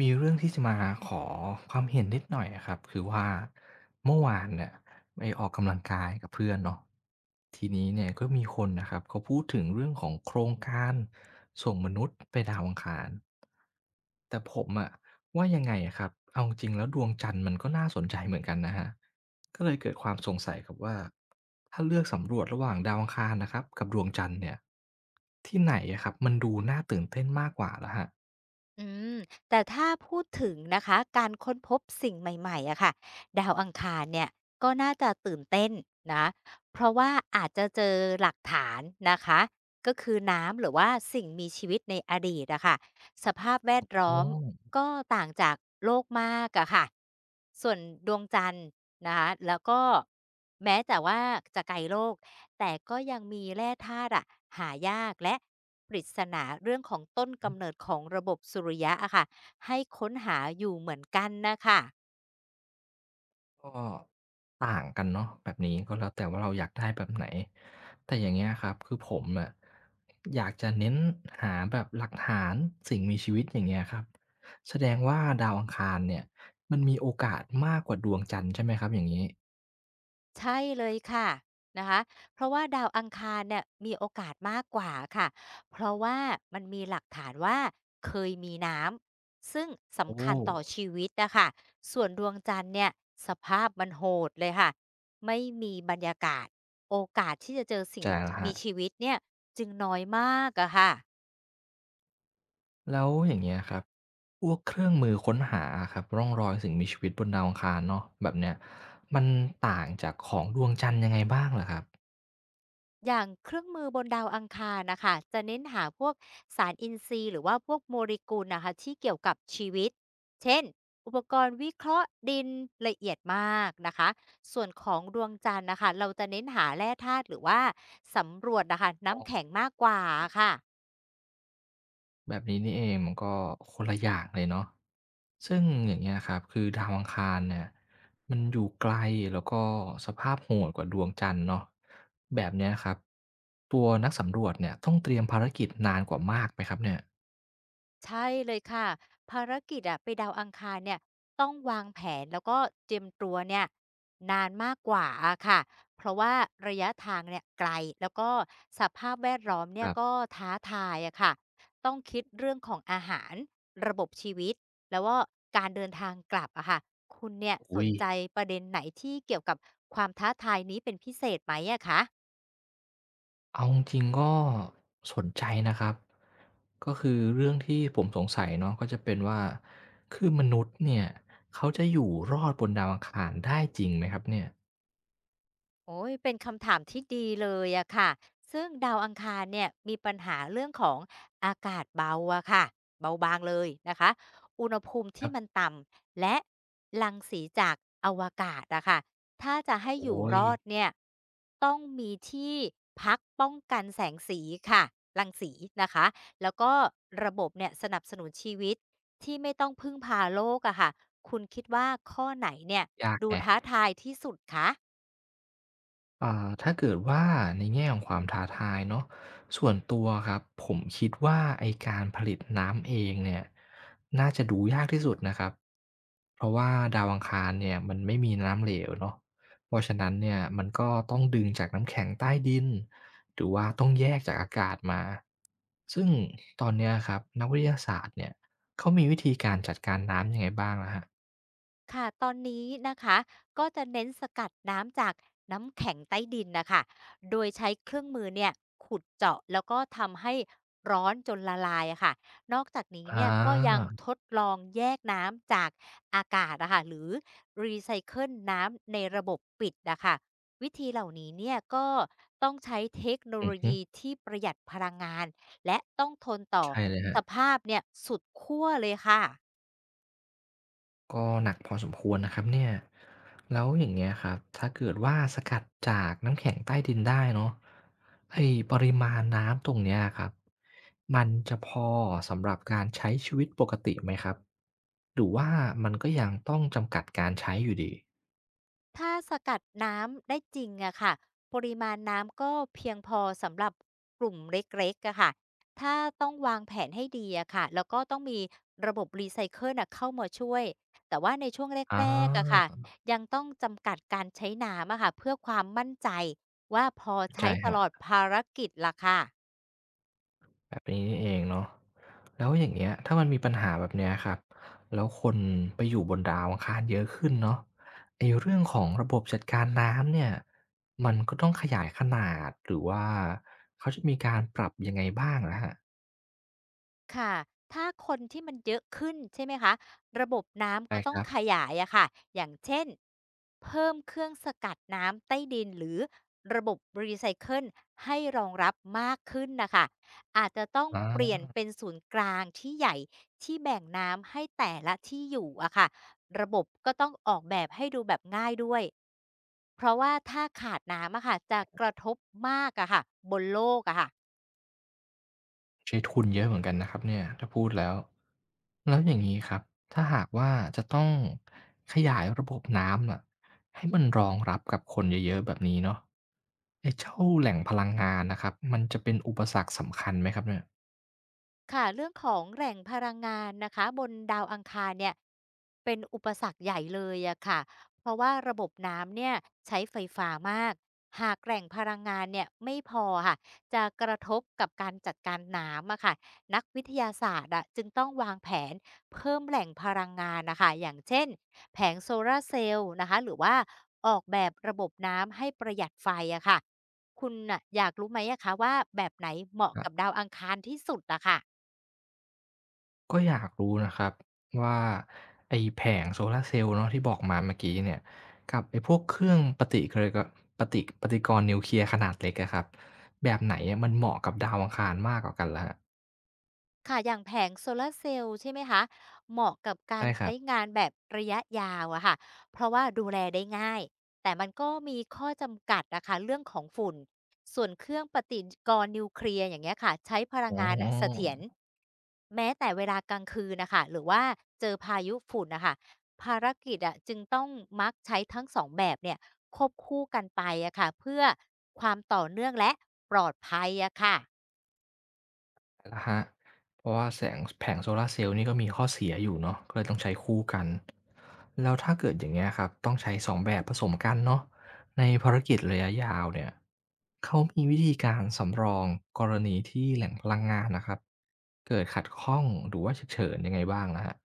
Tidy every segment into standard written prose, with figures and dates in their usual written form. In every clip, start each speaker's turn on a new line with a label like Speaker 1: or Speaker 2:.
Speaker 1: มีเรื่องที่จะมาขอความเห็นนิดหน่อยอะครับคือว่าเมื่อวานเนี่ยไปออกกำลังกายกับเพื่อนเนาะทีนี้เนี่ยก็มีคนนะครับเขาพูดถึงเรื่องของโครงการส่งมนุษย์ไปดาวอังคารแต่ผมอะว่ายังไงอะครับเอาจริงแล้วดวงจันทร์มันก็น่าสนใจเหมือนกันนะฮะก็เลยเกิดความสงสัยครับว่าถ้าเลือกสำรวจระหว่างดาวอังคารนะครับกับดวงจันทร์เนี่ยที่ไหนอะครับมันดูน่าตื่นเต้นมากกว่าล่ะฮะ
Speaker 2: อืมแต่ถ้าพูดถึงนะคะการค้นพบสิ่งใหม่ๆอะค่ะดาวอังคารเนี่ยก็น่าจะตื่นเต้นนะเพราะว่าอาจจะเจอหลักฐานนะคะก็คือน้ำหรือว่าสิ่งมีชีวิตในอดีตอะค่ะสภาพแวด
Speaker 1: อ๋
Speaker 2: ล้
Speaker 1: อ
Speaker 2: อมก็ต่างจากโลกมากอะค่ะส่วนดวงจันทร์นะคะแล้วก็แม้แต่ว่าจะไกลโลก แต่ก็ยังมีแร่ธาตุอะหายากและปริศนาเรื่องของต้นกำเนิดของระบบสุริยะอะค่ะให้ค้นหาอยู่เหมือนกันนะคะ
Speaker 1: ก็ต่างกันเนาะแบบนี้ก็แล้วแต่ว่าเราอยากได้แบบไหนแต่อย่างเงี้ยครับคือผมอะอยากจะเน้นหาแบบหลักฐานสิ่งมีชีวิตอย่างเงี้ยครับแสดงว่าดาวอังคารเนี่ยมันมีโอกาสมากกว่าดวงจันทร์ใช่ไหมครับอย่างงี้
Speaker 2: ใช่เลยค่ะนะคะเพราะว่าดาวอังคารเนี่ยมีโอกาสมากกว่าค่ะเพราะว่ามันมีหลักฐานว่าเคยมีน้ำซึ่ง
Speaker 1: โอ้
Speaker 2: สำคัญต่อชีวิตนะคะส่วนดวงจันทร์เนี่ยสภาพมันโหดเลยค่ะไม่มีบรรยากาศโอกาสที่จะเจอสิ่
Speaker 1: ใจ
Speaker 2: ง
Speaker 1: ละฮะ
Speaker 2: มีชีวิตเนี่ยจึงน้อยมากอะค่ะ
Speaker 1: แล้วอย่างเงี้ยครับพวกเครื่องมือค้นหาครับร่องรอยสิ่งมีชีวิตบนดาวอังคารเนาะแบบเนี้ยมันต่างจากของดวงจันทร์ยังไงบ้างเหรอครับ
Speaker 2: อย่างเครื่องมือบนดาวอังคารนะคะจะเน้นหาพวกสารอินทรีย์หรือว่าพวกโมเลกุลนะคะที่เกี่ยวกับชีวิต เช่น อุปกรณ์วิเคราะห์ดินละเอียดมากนะคะส่วนของดวงจันทร์นะคะเราจะเน้นหาแร่ธาตุหรือว่าสำรวจนะคะน้ำแข็งมากกว่าค่ะ
Speaker 1: แบบนี้นี่เองมันก็คนละอย่างเลยเนาะซึ่งอย่างเงี้ยครับคือดาวอังคารเนี่ยมันอยู่ไกลแล้วก็สภาพโหดกว่าดวงจันทร์เนาะแบบเนี้ยครับตัวนักสำรวจเนี่ยต้องเตรียมภารกิจนานกว่ามากไหมครับเนี่ย
Speaker 2: ใช่เลยค่ะภารกิจอะไปดาวอังคารเนี่ยต้องวางแผนแล้วก็เตรียมตัวเนี่ยนานมากกว่าอะค่ะเพราะว่าระยะทางเนี่ยไกลแล้วก็สภาพแวดล้อม
Speaker 1: ค
Speaker 2: เนี่ย
Speaker 1: รั
Speaker 2: ก็
Speaker 1: บ
Speaker 2: ท้าทายอะค่ะต้องคิดเรื่องของอาหารระบบชีวิตแล้วก็การเดินทางกลับอะค่ะคุณเนี่ยส
Speaker 1: อุ๊ย
Speaker 2: นใจประเด็นไหนที่เกี่ยวกับความท้าทายนี้เป็นพิเศษไหมอะคะ
Speaker 1: เอาจริงๆก็สนใจนะครับก็คือเรื่องที่ผมสงสัยเนาะก็จะเป็นว่าคือมนุษย์เนี่ยเขาจะอยู่รอดบนดาวอังคารได้จริงไหมครับเนี่ย
Speaker 2: โอ้ยเป็นคำถามที่ดีเลยอะค่ะซึ่งดาวอังคารเนี่ยมีปัญหาเรื่องของอากาศเบาอะค่ะเบาบางเลยนะคะอุณหภูมิ
Speaker 1: ค
Speaker 2: ที่
Speaker 1: รับ
Speaker 2: มันต่ำและรังสีจากอวกาศอะค่ะถ้าจะ
Speaker 1: โอ้
Speaker 2: ให้อยู่
Speaker 1: โฮ
Speaker 2: รอดเนี่ยต้องมีที่พักป้องกันแสงสีค่ะรังสีนะคะแล้วก็ระบบเนี่ยสนับสนุนชีวิตที่ไม่ต้องพึ่งพาโลกอะค่ะคุณคิดว่าข้อไหนเนี่ย
Speaker 1: ยาก
Speaker 2: ดู
Speaker 1: แฮะ
Speaker 2: ท้าทายที่สุดคะ
Speaker 1: อ่าถ้าเกิดว่าในแง่ของความท้าทายเนาะส่วนตัวครับผมคิดว่าไอ้การผลิตน้ำเองเนี่ยน่าจะดูยากที่สุดนะครับเพราะว่าดาวอังคารเนี่ยมันไม่มีน้ำเหลวเนาะเพราะฉะนั้นเนี่ยมันก็ต้องดึงจากน้ำแข็งใต้ดินหรือว่าต้องแยกจากอากาศมาซึ่งตอนเนี้ยครับนักวิทยาศาสตร์เนี่ยเขามีวิธีการจัดการน้ำยังไงบ้างล่ะครับ
Speaker 2: ค่ะตอนนี้นะคะก็จะเน้นสกัดน้ำจากน้ำแข็งใต้ดินนะคะโดยใช้เครื่องมือเนี่ยขุดเจาะแล้วก็ทำให้ร้อนจนละลายอะค่ะนอกจากนี้
Speaker 1: อ
Speaker 2: เนี่ยก็ยัง
Speaker 1: า
Speaker 2: ทดลองแยกน้ำจากอากาศนะคะหรือรีไซเคิลน้ำในระบบปิดนะคะวิธีเหล่านี้เนี่ยก็ต้องใช้เทคโน
Speaker 1: อื
Speaker 2: โล
Speaker 1: อฮึ
Speaker 2: ยีที่ประหยัดพลังงานและต้องทนต่อ
Speaker 1: ใช่เลยฮะ
Speaker 2: สภาพเนี่ยสุดขั้วเลยค่ะ
Speaker 1: ก็หนักพอสมควรนะครับเนี่ยแล้วอย่างเงี้ยครับถ้าเกิดว่าสกัดจากน้ำแข็งใต้ดินได้เนาะไอ้ปริมาณน้ำตรงเนี้ยครับมันจะพอสำหรับการใช้ชีวิตปกติไหมครับหรือว่ามันก็ยังต้องจำกัดการใช้อยู่ดี
Speaker 2: ถ้าสกัดน้ำได้จริงอะค่ะปริมาณน้ำก็เพียงพอสำหรับกลุ่มเล็กๆอะค่ะถ้าต้องวางแผนให้ดีอะค่ะแล้วก็ต้องมีระบบรีไซเคิลน่ะเข้ามาช่วย แต่ว่าในช่วง
Speaker 1: อ
Speaker 2: แรกๆอะ
Speaker 1: า
Speaker 2: ค่ะยังต้องจำกัดการใช้น้ำอะค่ะเพื่อความมั่นใจว่าพอ
Speaker 1: เข้าใจ
Speaker 2: ใช้
Speaker 1: ค
Speaker 2: ต
Speaker 1: รับ
Speaker 2: ลอดภารกิจล่ะค่ะ
Speaker 1: แบบนี้นี่เองเนาะแล้วอย่างเงี้ยถ้ามันมีปัญหาแบบเนี้ยครับแล้วคนไปอยู่บนดาวอังคารเยอะขึ้นเนาะไอ้เรื่องของระบบจัดการน้ำเนี่ยมันก็ต้องขยายขนาดหรือว่าเขาจะมีการปรับยังไงบ้างเหรอครับ
Speaker 2: ค่ะถ้าคนที่มันเยอะขึ้นใช่ไหมคะระบบน้ำ
Speaker 1: ใช่
Speaker 2: ก็
Speaker 1: ค
Speaker 2: ต้อง
Speaker 1: รับ
Speaker 2: ขยายอะค่ะอย่างเช่น เพิ่มเครื่องสกัดน้ำใต้ดินหรือระบบรีไซเคิลให้รองรับมากขึ้นนะคะอาจจะต้อง
Speaker 1: อ
Speaker 2: เปลี่ยน
Speaker 1: า
Speaker 2: เป็นศูนย์กลางที่ใหญ่ที่แบ่งน้ำให้แต่ละที่อยู่อะค่ะระบบก็ต้องออกแบบให้ดูแบบง่ายด้วย เพราะว่าถ้าขาดน้ำอะค่ะจะกระทบมากอะค่ะบนโลกอะค่ะ
Speaker 1: ใช้ทุนเยอะเหมือนกันนะครับเนี่ยถ้าพูดแล้วแล้วอย่างนี้ครับถ้าหากว่าจะต้องขยายระบบน้ำอะให้มันรองรับกับคนเยอะๆแบบนี้เนาะไอ้เจ้าแหล่งพลังงานนะครับมันจะเป็นอุปสรรคสำคัญไหมครับเนี่ย
Speaker 2: ค่ะเรื่องของแหล่งพลังงานนะคะบนดาวอังคารเนี่ยเป็นอุปสรรคใหญ่เลยอะค่ะเพราะว่าระบบน้ำเนี่ยใช้ไฟฟ้ามากหากแหล่งพลังงานเนี่ยไม่พอค่ะจะกระทบกับการจัดการน้ำอะค่ะนักวิทยาศาสตร์อะจึงต้องวางแผนเพิ่มแหล่งพลังงานนะคะอย่างเช่นแผงโซลาร์เซลล์นะคะหรือว่าออกแบบระบบน้ำให้ประหยัดไฟอะค่ะคุณน่ะอยากรู้ไหมอะคะว่าแบบไหนเหมาะ
Speaker 1: ครั
Speaker 2: กับ
Speaker 1: บ
Speaker 2: ดาวอังคารที่สุดอะค่ะ
Speaker 1: ก็อยากรู้นะครับว่าไอ้แผงโซลาร์เซลล์เนาะที่บอกมาเมื่อกี้เนี่ยกับไอ้พวกเครื่องปฏิกรณ์นิวเคลียร์ขนาดเล็กอะครับแบบไหนอะมันเหมาะกับดาวอังคารมากกว่ากันล่ะครับ
Speaker 2: ค่ะอย่างแผงโซลาร์เซลล์ใช่ไหมคะเหมาะกับกา
Speaker 1: ใช่
Speaker 2: ร
Speaker 1: ครั
Speaker 2: ใช้
Speaker 1: บ
Speaker 2: งานแบบระยะยาวอะค่ะเพราะว่าดูแลได้ง่ายแต่มันก็มีข้อจำกัดนะคะเรื่องของฝุ่นส่วนเครื่องปฏิกรณ์นิวเคลียร์อย่างเงี้ยค่ะใช้พลั
Speaker 1: อ๋
Speaker 2: งงานอ่ะเสถียร
Speaker 1: อ
Speaker 2: แม้แต่เวลากลางคืนนะคะหรือว่าเจอพายุฝุ่นนะคะภารกิจอะจึงต้องมักใช้ทั้งสองแบบเนี่ยควบคู่กันไปอะค่ะเพื่อความต่อเนื่องและปลอดภัยอะค่ะ
Speaker 1: อะฮะเพราะว่าแสงแผงโซลาร์เซลล์นี่ก็มีข้อเสียอยู่เนาะก็เลยต้องใช้คู่กัน แล้วถ้าเกิดอย่างเงี้ยครับต้องใช้2แบบผสมกันเนาะในภารกิจระยะยาวเนี่ย เขามีวิธีการสำรองกรณีที่แหล่งพลังงานนะครับ เกิดขัดข้องหรือว่าฉุกเฉินยังไงบ้างนะครับ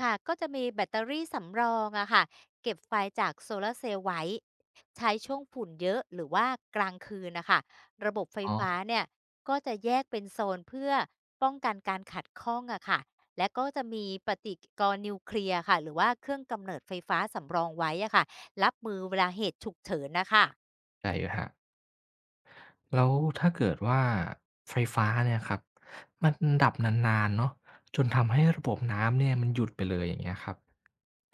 Speaker 2: ค่ะก็จะมีแบตเตอรี่สำรองอะค่ะเก็บไฟจากโซลาร์เซลล์ไว้ ใช้ช่วงฝุ่นเยอะหรือว่ากลางคืนนะคะระบบไฟ
Speaker 1: อ๋อ
Speaker 2: ฟ้าเนี่ยก็จะแยกเป็นโซนเพื่อป้องกันการขัดข้องอะค่ะและก็จะมีปฏิกรณ์นิวเคลียร์ค่ะหรือว่าเครื่องกำเนิดไฟฟ้าสำรองไว้อะค่ะรับมือเวลาเหตุฉุกเฉินนะคะ
Speaker 1: เข้าใจอยู่ครับ แล้วถ้าเกิดว่าไฟฟ้าเนี่ยครับมันดับนานๆเนาะจนทำให้ระบบน้ำเนี่ยมันหยุดไปเลยอย่างเงี้ยครับ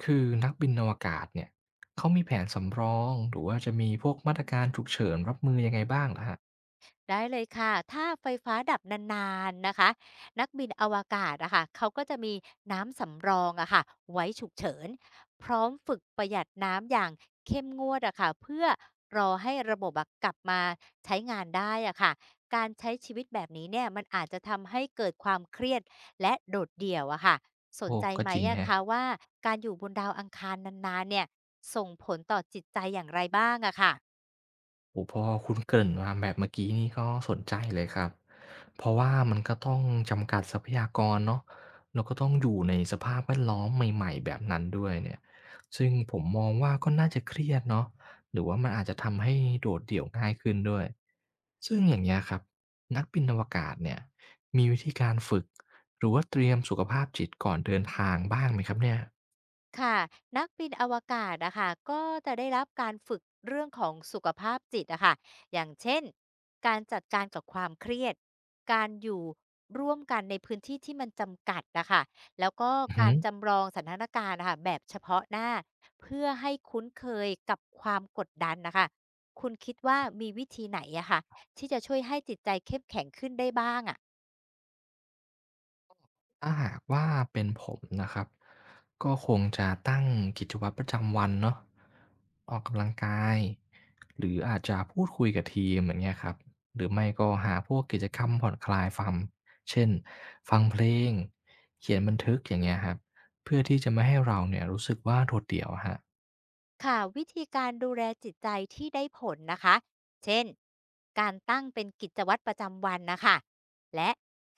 Speaker 1: คือนักบินอวกาศเนี่ยเขามีแผนสำรองหรือว่าจะมีพวกมาตรการฉุกเฉินรับมือยังไงบ้างเหรอครับ
Speaker 2: ได้เลยค่ะ ถ้าไฟฟ้าดับนานๆนะคะนักบินอวกาศอะค่ะเขาก็จะมีน้ำสำรองอะค่ะไว้ฉุกเฉินพร้อมฝึกประหยัดน้ำอย่างเข้มงวดอะค่ะเพื่อรอให้ระบบอะกลับมาใช้งานได้อะค่ะการใช้ชีวิตแบบนี้เนี่ยมันอาจจะทำให้เกิดความเครียดและโดดเดี่ยวอะค่ะสน
Speaker 1: โอ้
Speaker 2: ใจ
Speaker 1: ก็
Speaker 2: ไหม
Speaker 1: จริง
Speaker 2: อะ
Speaker 1: แฮะ
Speaker 2: คะว่าการอยู่บนดาวอังคารนานๆเนี่ยส่งผลต่อจิตใจอย่างไรบ้างอะค่ะ
Speaker 1: โอ้โฮพอคุณเกริ่นมาแบบเมื่อกี้นี่ก็สนใจเลยครับเพราะว่ามันก็ต้องจำกัดทรัพยากรเนาะแล้วก็ต้องอยู่ในสภาพแวดล้อมใหม่ๆแบบนั้นด้วยเนี่ยซึ่งผมมองว่าก็น่าจะเครียดเนาะหรือว่ามันอาจจะทำให้โดดเดี่ยวง่ายขึ้นด้วยซึ่งอย่างเงี้ยครับนักบินอวกาศเนี่ยมีวิธีการฝึกหรือว่าเตรียมสุขภาพจิตก่อนเดินทางบ้างไหมครับเนี่ย
Speaker 2: ค่ะนักบินอวกาศนะคะก็จะได้รับการฝึกเรื่องของสุขภาพจิตนะคะอย่างเช่นการจัดการกับความเครียดการอยู่ร่วมกันในพื้นที่ที่มันจำกัดนะคะแล้วก็
Speaker 1: อือฮึ
Speaker 2: การจำลองสถานการณ์นะคะแบบเฉพาะหน้าเพื่อให้คุ้นเคยกับความกดดันนะคะคุณคิดว่ามีวิธีไหนอะค่ะที่จะช่วยให้จิตใจเข้มแข็งขึ้นได้บ้างอะ
Speaker 1: ถ้าหากว่าเป็นผมนะครับก็คงจะตั้งกิจวัตรประจำวันเนาะออกกำลังกายหรืออาจจะพูดคุยกับทีมอย่างเงี้ยครับหรือไม่ก็หาพวกกิจกรรมผ่อนคลายฟังเช่นฟังเพลงเขียนบันทึกอย่างเงี้ยครับเพื่อที่จะไม่ให้เราเนี่ยรู้สึกว่าโดดเดี่ยวอะครับ
Speaker 2: ค่ะวิธีการดูแลจิตใจที่ได้ผลนะคะเช่นการตั้งเป็นกิจวัตรประจำวันนะคะและ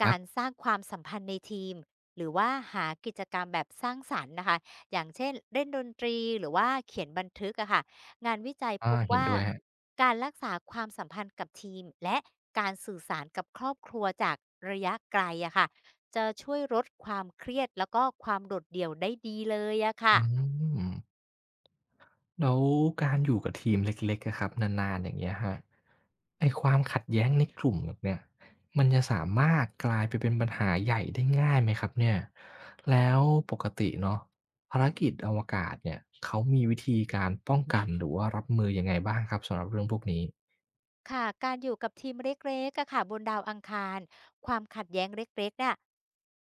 Speaker 1: ครั
Speaker 2: การ
Speaker 1: บ
Speaker 2: สร้างความสัมพันธ์ในทีมหรือว่าหากิจกรรมแบบสร้างสรรค์นะคะอย่างเช่นเล่นดนตรีหรือว่าเขียนบันทึกอะค่ะงานวิจัยพ
Speaker 1: อา
Speaker 2: บ
Speaker 1: เห็น
Speaker 2: ว่า
Speaker 1: ด้วยครับ
Speaker 2: การรักษาความสัมพันธ์กับทีมและการสื่อสารกับครอบครัวจากระยะไกลอะค่ะจะช่วยลดความเครียดแล้วก็ความโดดเดี่ยวได้ดีเลยอะค่ะ
Speaker 1: อืม แล้วการอยู่กับทีมเล็กๆอะครับนานๆอย่างเงี้ยคะไอ้ความขัดแย้งในกลุ่มแบบเนี่ยมันจะสามารถกลายไปเป็นปัญหาใหญ่ได้ง่ายไหมครับเนี่ยแล้วปกติเนาะภารกิจอวกาศเนี่ยเขามีวิธีการป้องกันหรือว่ารับมือยังไงบ้างครับสำหรับเรื่องพวกนี้
Speaker 2: ค่ะการอยู่กับทีมเล็กๆอะค่ะบนดาวอังคารความขัดแย้งเล็กๆน่ะ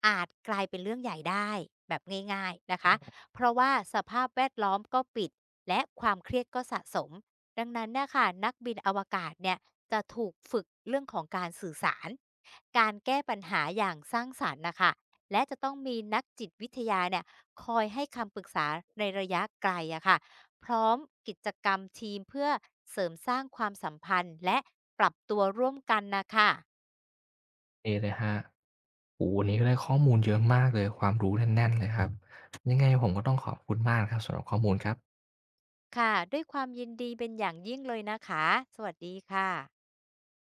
Speaker 2: อาจกลายเป็นเรื่องใหญ่ได้แบบง่ายๆนะคะเพราะว่าสภาพแวดล้อมก็ปิดและความเครียดก็สะสมดังนั้นเนะคะนักบินอวกาศเนี่ยจะถูกฝึกเรื่องของการสื่อสารการแก้ปัญหาอย่างสร้างสรรค์นะคะและจะต้องมีนักจิตวิทยาเนี่ยคอยให้คำปรึกษาในระยะไกลอะค่ะ พร้อมกิจกรรมทีมเพื่อเสริมสร้างความสัมพันธ์และปรับตัวร่วมกันนะคะ
Speaker 1: เอเลยฮะโอ้โหวันนี้ก็ได้ข้อมูลเยอะมากเลยความรู้แน่นๆเลยครับยังไงผมก็ต้องขอบคุณมากนะครับสำหรับข้อมูลครับ
Speaker 2: ค่ะด้วยความยินดีเป็นอย่างยิ่งเลยนะคะ สวัสดีค่ะ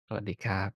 Speaker 1: สวัสดีครับ